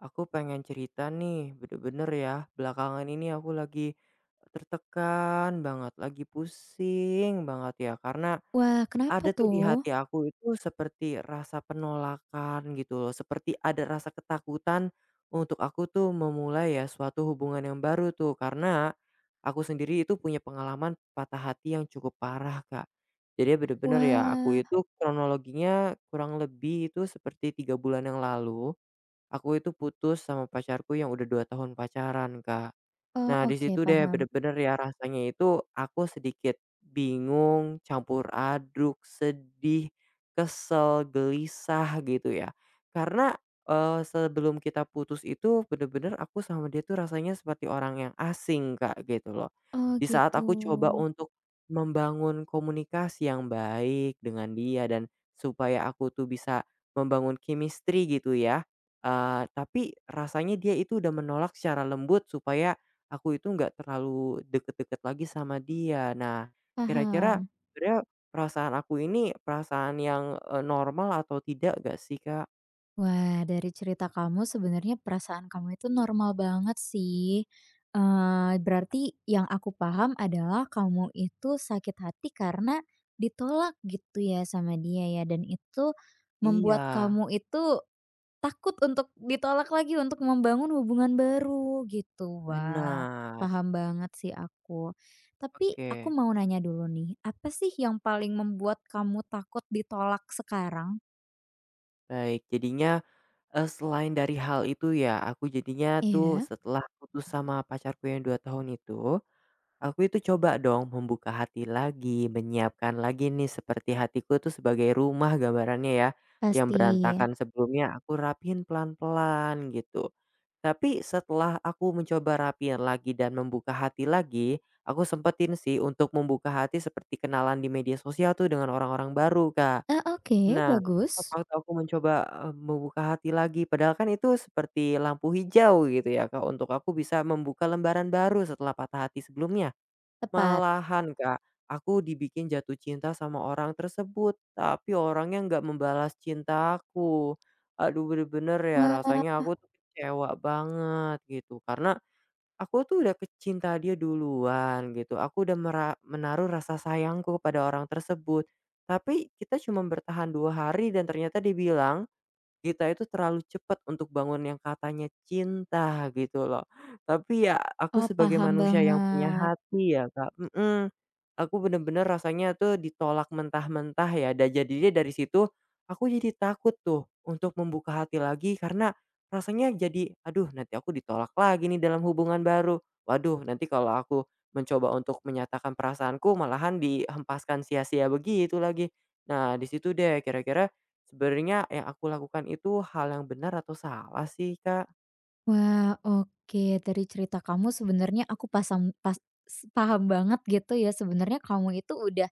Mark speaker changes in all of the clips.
Speaker 1: Aku pengen cerita nih, bener-bener ya. Belakangan ini aku lagi tertekan banget, lagi pusing banget ya. Karena
Speaker 2: Wah, kenapa
Speaker 1: ada tuh di
Speaker 2: tuh?
Speaker 1: hati aku itu seperti rasa penolakan gitu loh. Seperti ada rasa ketakutan untuk aku tuh memulai ya suatu hubungan yang baru tuh. Karena aku sendiri itu punya pengalaman patah hati yang cukup parah kak. Jadi bener-bener ya, aku
Speaker 2: Wah,
Speaker 1: itu kronologinya kurang lebih itu seperti 3 bulan yang lalu. Aku itu putus sama pacarku yang udah 2 tahun pacaran, Kak.
Speaker 2: oh
Speaker 1: Nah, di
Speaker 2: oke
Speaker 1: situ deh
Speaker 2: paham.
Speaker 1: bener-bener ya rasanya itu aku sedikit bingung, campur aduk, sedih, kesel, gelisah gitu ya. Karena, sebelum kita putus itu bener-bener aku sama dia tuh rasanya seperti orang yang asing, Kak, gitu loh.
Speaker 2: Oh
Speaker 1: Di saat
Speaker 2: gitu,
Speaker 1: aku coba untuk membangun komunikasi yang baik dengan dia dan supaya aku tuh bisa membangun chemistry gitu ya, tapi rasanya dia itu udah menolak secara lembut supaya aku itu nggak terlalu deket-deket lagi sama dia. Nah, kira-kira
Speaker 2: paham.
Speaker 1: sebenarnya perasaan aku ini perasaan yang normal atau tidak gak sih, Kak?
Speaker 2: Wah, dari cerita kamu sebenarnya perasaan kamu itu normal banget sih. Berarti yang aku paham adalah kamu itu sakit hati karena ditolak gitu ya sama dia ya dan itu
Speaker 1: Iya,
Speaker 2: membuat kamu itu takut untuk ditolak lagi untuk membangun hubungan baru gitu. Wah,
Speaker 1: benar.
Speaker 2: paham banget sih aku. Tapi
Speaker 1: Oke,
Speaker 2: aku mau nanya dulu nih, apa sih yang paling membuat kamu takut ditolak sekarang?
Speaker 1: baik. Jadinya, selain dari hal itu ya, aku jadinya tuh
Speaker 2: Iya,
Speaker 1: setelah putus sama pacarku yang 2 tahun itu. Aku itu coba dong membuka hati lagi, menyiapkan lagi nih seperti hatiku itu sebagai rumah gambarannya ya, yang
Speaker 2: pasti.
Speaker 1: berantakan sebelumnya aku rapihin pelan-pelan gitu. Tapi setelah aku mencoba rapihin lagi dan membuka hati lagi, aku sempetin sih untuk membuka hati seperti kenalan di media sosial tuh dengan orang-orang baru, Kak.
Speaker 2: Ah, oke,
Speaker 1: Nah,
Speaker 2: bagus.
Speaker 1: pas waktu aku mencoba membuka hati lagi, padahal kan itu seperti lampu hijau gitu ya, Kak, untuk aku bisa membuka lembaran baru setelah patah hati sebelumnya.
Speaker 2: Tepat.
Speaker 1: Malahan Kak, aku dibikin jatuh cinta sama orang tersebut, tapi orangnya nggak membalas cinta aku. Aduh bener-bener ya
Speaker 2: Wah,
Speaker 1: rasanya aku tuh kecewa banget gitu, karena aku tuh udah kecinta dia duluan gitu, aku udah menaruh rasa sayangku kepada orang tersebut. Tapi kita cuma bertahan 2 hari dan ternyata dibilang kita itu terlalu cepat untuk bangun yang katanya cinta gitu loh. Tapi ya aku
Speaker 2: oh
Speaker 1: sebagai
Speaker 2: paham
Speaker 1: manusia yang punya
Speaker 2: banget.
Speaker 1: hati ya Kak aku bener-bener rasanya tuh ditolak mentah-mentah ya dan jadinya dari situ aku jadi takut tuh untuk membuka hati lagi karena rasanya jadi, "Aduh nanti aku ditolak lagi nih dalam hubungan baru. Waduh nanti kalau aku mencoba untuk menyatakan perasaanku malahan dihempaskan sia-sia begitu lagi." Nah di situ deh kira-kira sebenarnya yang aku lakukan itu hal yang benar atau salah sih, Kak?
Speaker 2: Wah, oke. Dari cerita kamu sebenarnya aku paham banget gitu ya, sebenarnya kamu itu udah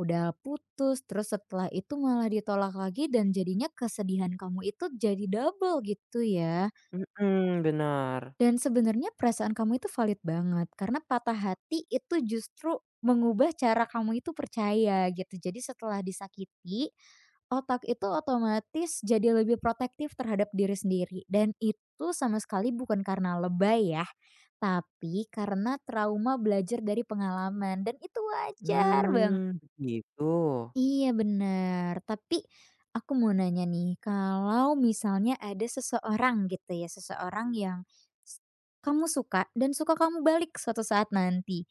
Speaker 2: udah putus, terus setelah itu malah ditolak lagi dan jadinya kesedihan kamu itu jadi double gitu ya?
Speaker 1: Mhm, benar.
Speaker 2: Dan sebenarnya perasaan kamu itu valid banget, karena patah hati itu justru mengubah cara kamu itu percaya gitu. Jadi setelah disakiti, otak itu otomatis jadi lebih protektif terhadap diri sendiri dan itu sama sekali bukan karena lebay ya, tapi karena trauma belajar dari pengalaman dan itu wajar banget.
Speaker 1: Mmm, begitu.
Speaker 2: Iya benar tapi aku mau nanya nih, kalau misalnya ada seseorang gitu ya, seseorang yang s kamu suka dan suka kamu balik suatu saat nanti.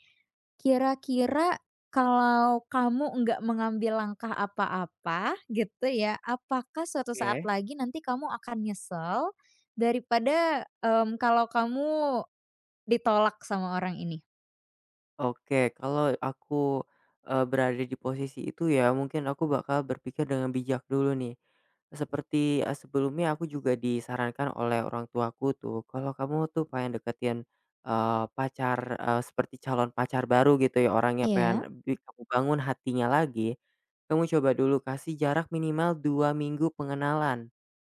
Speaker 2: Kira-kira kalau kamu nggak mengambil langkah apa-apa gitu ya, apakah suatu saat
Speaker 1: Oke.
Speaker 2: lagi nanti kamu akan nyesel daripada, kalau kamu ditolak sama orang ini?
Speaker 1: Oke, kalau aku, berada di posisi itu ya mungkin aku bakal berpikir dengan bijak dulu nih. Seperti, sebelumnya aku juga disarankan oleh orang tuaku tuh, "Kalau kamu tuh pengen deketin, pacar, seperti calon pacar baru gitu ya orangnya
Speaker 2: Iya,
Speaker 1: pengen kamu bangun hatinya lagi, kamu coba dulu kasih jarak minimal 2 minggu pengenalan."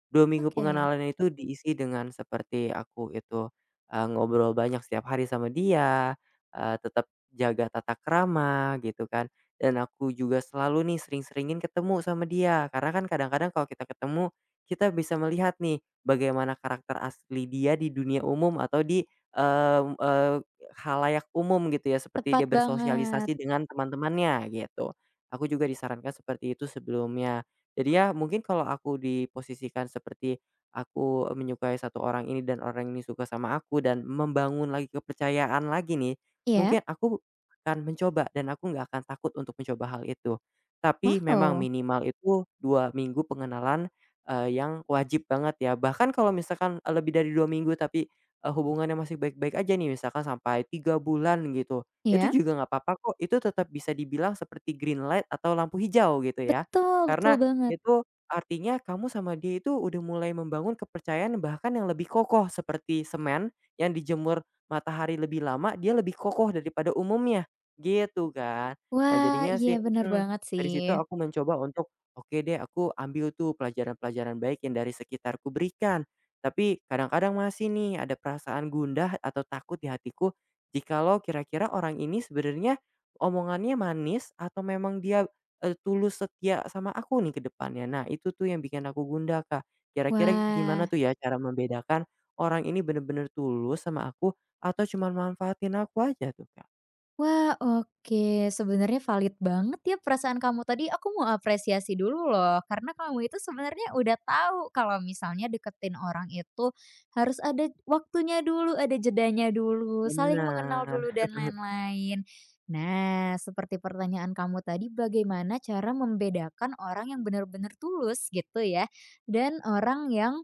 Speaker 1: 2 minggu
Speaker 2: oke.
Speaker 1: pengenalan itu diisi dengan seperti aku itu, ngobrol banyak setiap hari sama dia, tetap jaga tata krama gitu kan, dan aku juga selalu nih sering-seringin ketemu sama dia karena kan kadang-kadang kalau kita ketemu, kita bisa melihat nih bagaimana karakter asli dia di dunia umum atau di, eee eee, khalayak umum gitu ya seperti
Speaker 2: Tepat
Speaker 1: dia
Speaker 2: banget.
Speaker 1: bersosialisasi dengan teman-temannya gitu. Aku juga disarankan seperti itu sebelumnya. Jadi ya mungkin kalau aku diposisikan seperti aku menyukai satu orang ini dan orang ini suka sama aku dan membangun lagi kepercayaan lagi nih,
Speaker 2: Iya?
Speaker 1: mungkin aku akan mencoba dan aku nggak akan takut untuk mencoba hal itu. Tapi memang
Speaker 2: Wow,
Speaker 1: minimal itu 2 minggu pengenalan, yang wajib banget ya. Bahkan kalau misalkan lebih dari 2 minggu tapi, hubungannya masih baik-baik aja nih misalkan sampai 3 bulan gitu, itu
Speaker 2: iya?
Speaker 1: juga nggak apa-apa kok, itu tetap bisa dibilang seperti green light atau lampu hijau gitu ya.
Speaker 2: Betul betul
Speaker 1: Karena
Speaker 2: banget.
Speaker 1: itu artinya kamu sama dia itu udah mulai membangun kepercayaan bahkan yang lebih kokoh seperti semen yang dijemur matahari lebih lama, dia lebih kokoh daripada umumnya, gitu kan. Nah
Speaker 2: Wah,
Speaker 1: jadinya
Speaker 2: iya
Speaker 1: sih
Speaker 2: bener banget
Speaker 1: dari
Speaker 2: sih.
Speaker 1: situ aku mencoba untuk, oke deh aku ambil tuh pelajaran-pelajaran baik yang dari sekitarku berikan. Tapi kadang-kadang masih nih ada perasaan gundah atau takut di hatiku, jikalau kira-kira orang ini sebenarnya omongannya manis atau memang dia tulus setia sama aku nih ke depannya. Nah, itu tuh yang bikin aku gundah, Kak. Kira-kira
Speaker 2: Wah
Speaker 1: gimana tuh ya cara membedakan orang ini bener-bener tulus sama aku atau cuma manfaatin aku aja tuh, Kak?
Speaker 2: wah, oke, sebenarnya valid banget ya perasaan kamu tadi, aku mau apresiasi dulu loh, karena kamu itu sebenarnya udah tahu kalau misalnya deketin orang itu harus ada waktunya dulu, ada jedanya dulu, saling mengenal
Speaker 1: Benar.
Speaker 2: dulu dan lain-lain. Nah, seperti pertanyaan kamu tadi, bagaimana cara membedakan orang yang benar-benar tulus gitu ya, dan orang yang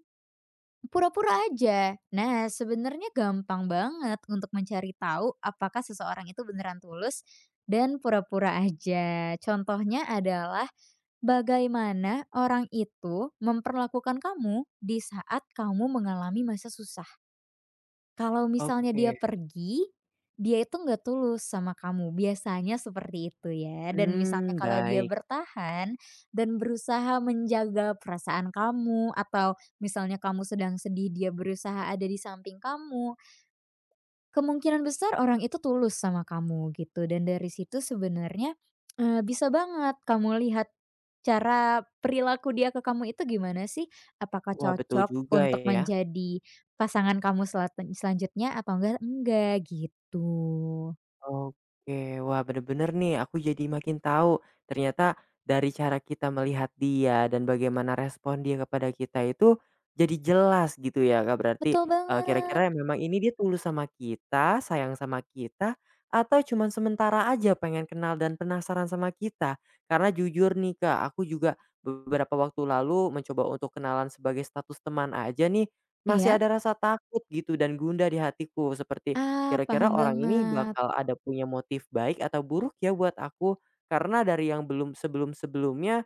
Speaker 2: pura-pura aja. Nah, sebenarnya gampang banget untuk mencari tahu apakah seseorang itu beneran tulus dan pura-pura aja. Contohnya adalah bagaimana orang itu memperlakukan kamu di saat kamu mengalami masa susah. Kalau misalnya dia
Speaker 1: Oke.
Speaker 2: pergi, dia itu nggak tulus sama kamu, biasanya seperti itu ya. Dan misalnya
Speaker 1: Hmm,
Speaker 2: kalau dia
Speaker 1: baik.
Speaker 2: bertahan dan berusaha menjaga perasaan kamu, atau misalnya kamu sedang sedih, dia berusaha ada di samping kamu, kemungkinan besar orang itu tulus sama kamu gitu dan dari situ sebenarnya, bisa banget kamu lihat cara perilaku dia ke kamu itu gimana sih, apakah
Speaker 1: Wah, betul
Speaker 2: cocok
Speaker 1: juga
Speaker 2: untuk
Speaker 1: ya.
Speaker 2: menjadi pasangan kamu selanjutnya atau enggak gitu.
Speaker 1: Oke, wah bener-bener nih aku jadi makin tahu ternyata dari cara kita melihat dia dan bagaimana respon dia kepada kita itu jadi jelas gitu ya Kak berarti,
Speaker 2: Betul
Speaker 1: eee,
Speaker 2: banget.
Speaker 1: kira-kira memang ini dia tulus sama kita, sayang sama kita, atau cuman sementara aja pengen kenal dan penasaran sama kita? Karena jujur nih Kak aku juga beberapa waktu lalu mencoba untuk kenalan sebagai status teman aja nih, masih
Speaker 2: Iya?
Speaker 1: ada rasa takut gitu dan gundah di hatiku seperti
Speaker 2: Ah, paham
Speaker 1: kira-kira orang ini
Speaker 2: banget,
Speaker 1: bakal ada punya motif baik atau buruk ya buat aku? Karena dari yang belum sebelum-sebelumnya,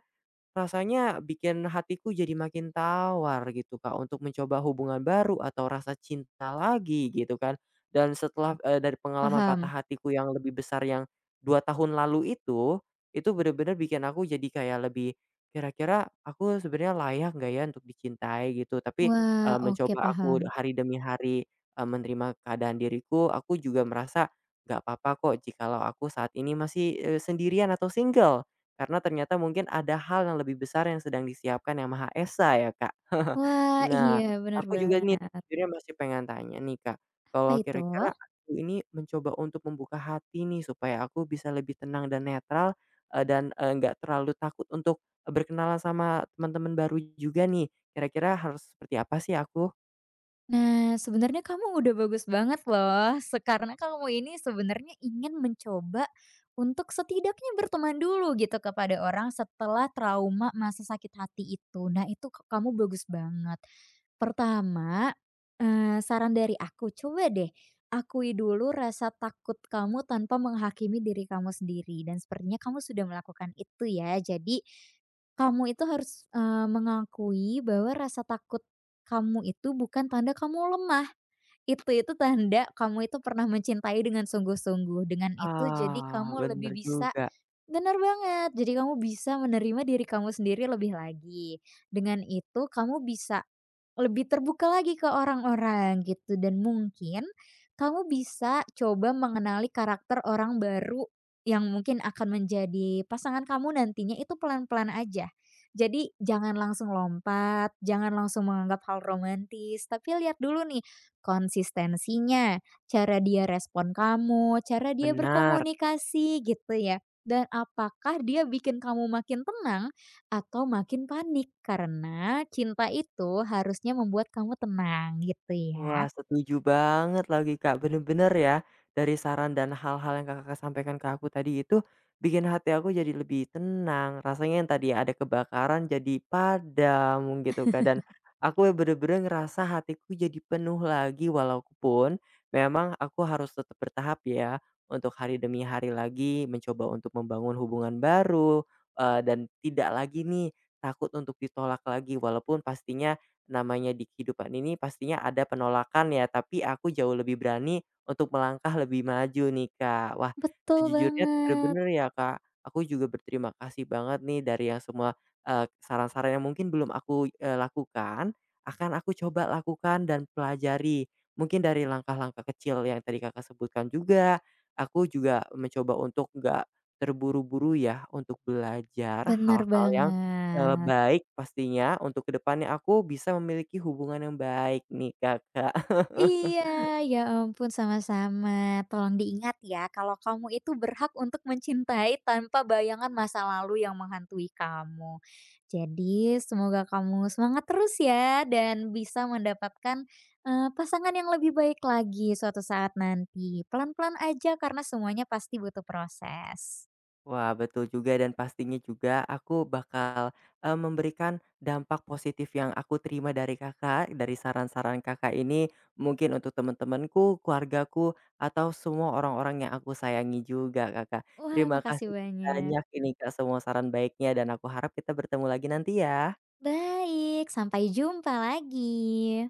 Speaker 1: rasanya bikin hatiku jadi makin tawar gitu, Kak, untuk mencoba hubungan baru atau rasa cinta lagi gitu kan. Dan setelah, dari pengalaman patah
Speaker 2: paham.
Speaker 1: hatiku yang lebih besar yang 2 tahun lalu itu bener-bener bikin aku jadi kayak lebih, kira-kira aku sebenarnya layak nggak ya untuk dicintai gitu. Tapi,
Speaker 2: Wah,
Speaker 1: eee,
Speaker 2: oke
Speaker 1: mencoba
Speaker 2: paham.
Speaker 1: aku hari demi hari, menerima keadaan diriku, aku juga merasa nggak apa-apa kok jikalau aku saat ini masih, sendirian atau single. Karena ternyata mungkin ada hal yang lebih besar yang sedang disiapkan Yang Maha Esa ya, Kak.
Speaker 2: Wah,
Speaker 1: Nah,
Speaker 2: iya benar
Speaker 1: aku juga nih
Speaker 2: banget.
Speaker 1: sebenarnya masih pengen tanya nih, Kak,
Speaker 2: Apa
Speaker 1: kalau
Speaker 2: itu?
Speaker 1: kira-kira aku ini mencoba untuk membuka hati nih supaya aku bisa lebih tenang dan netral, dan, nggak terlalu takut untuk, berkenalan sama teman-teman baru juga nih, kira-kira harus seperti apa sih aku?
Speaker 2: Nah, sebenarnya kamu udah bagus banget loh, karena kamu ini sebenarnya ingin mencoba untuk setidaknya berteman dulu gitu kepada orang setelah trauma masa sakit hati itu. Nah, itu kamu bagus banget. Pertama, saran dari aku, coba deh akui dulu rasa takut kamu tanpa menghakimi diri kamu sendiri dan sepertinya kamu sudah melakukan itu ya. Jadi, kamu itu harus, mengakui bahwa rasa takut kamu itu bukan tanda kamu lemah, itu tanda kamu itu pernah mencintai dengan sungguh-sungguh, dengan itu jadi
Speaker 1: Ah,
Speaker 2: kamu
Speaker 1: bener
Speaker 2: lebih bisa
Speaker 1: juga,
Speaker 2: bener banget, jadi kamu bisa menerima diri kamu sendiri lebih lagi. Dengan itu kamu bisa lebih terbuka lagi ke orang-orang gitu dan mungkin kamu bisa coba mengenali karakter orang baru yang mungkin akan menjadi pasangan kamu nantinya itu pelan-pelan aja. Jadi jangan langsung lompat, jangan langsung menganggap hal romantis, tapi lihat dulu nih konsistensinya, cara dia respon kamu, cara dia
Speaker 1: benar.
Speaker 2: berkomunikasi gitu ya. Dan apakah dia bikin kamu makin tenang? Atau makin panik karena cinta itu harusnya membuat kamu tenang gitu ya.
Speaker 1: Wah, setuju banget lagi, Kak, bener-bener ya, dari saran dan hal-hal yang Kakak sampaikan ke aku tadi itu, bikin hati aku jadi lebih tenang. Rasanya yang tadi ada kebakaran jadi padam gitu, Kak, dan aku bener-bener ngerasa hatiku jadi penuh lagi walaupun memang aku harus tetap bertahap ya, untuk hari demi hari lagi mencoba untuk membangun hubungan baru, dan tidak lagi nih takut untuk ditolak lagi walaupun pastinya namanya di kehidupan ini pastinya ada penolakan ya, tapi aku jauh lebih berani untuk melangkah lebih maju nih, Kak. Wah,
Speaker 2: Betul
Speaker 1: sejujurnya
Speaker 2: banget,
Speaker 1: bener-bener ya, Kak, aku juga berterima kasih banget nih dari yang semua, saran-saran yang mungkin belum aku, lakukan, akan aku coba lakukan dan pelajari. Mungkin dari langkah-langkah kecil yang tadi Kakak sebutkan juga, aku juga mencoba untuk nggak terburu-buru ya untuk belajar
Speaker 2: benar
Speaker 1: hal-hal yang
Speaker 2: banget.
Speaker 1: baik pastinya untuk ke depannya aku bisa memiliki hubungan yang baik nih, Kakak.
Speaker 2: Iya, ya ampun sama-sama. Tolong diingat ya kalau kamu itu berhak untuk mencintai tanpa bayangan masa lalu yang menghantui kamu. Jadi semoga kamu semangat terus ya dan bisa mendapatkan, pasangan yang lebih baik lagi suatu saat nanti. Pelan-pelan aja karena semuanya pasti butuh proses.
Speaker 1: Wah, betul juga dan pastinya juga aku bakal, memberikan dampak positif yang aku terima dari Kakak, dari saran-saran Kakak ini mungkin untuk teman-temanku, keluargaku, atau semua orang-orang yang aku sayangi juga, Kakak.
Speaker 2: Wah,
Speaker 1: Terima
Speaker 2: makasih
Speaker 1: kasih
Speaker 2: banyak.
Speaker 1: banyak ini, Kak, semua saran baiknya dan aku harap kita bertemu lagi nanti ya.
Speaker 2: Baik, sampai jumpa lagi.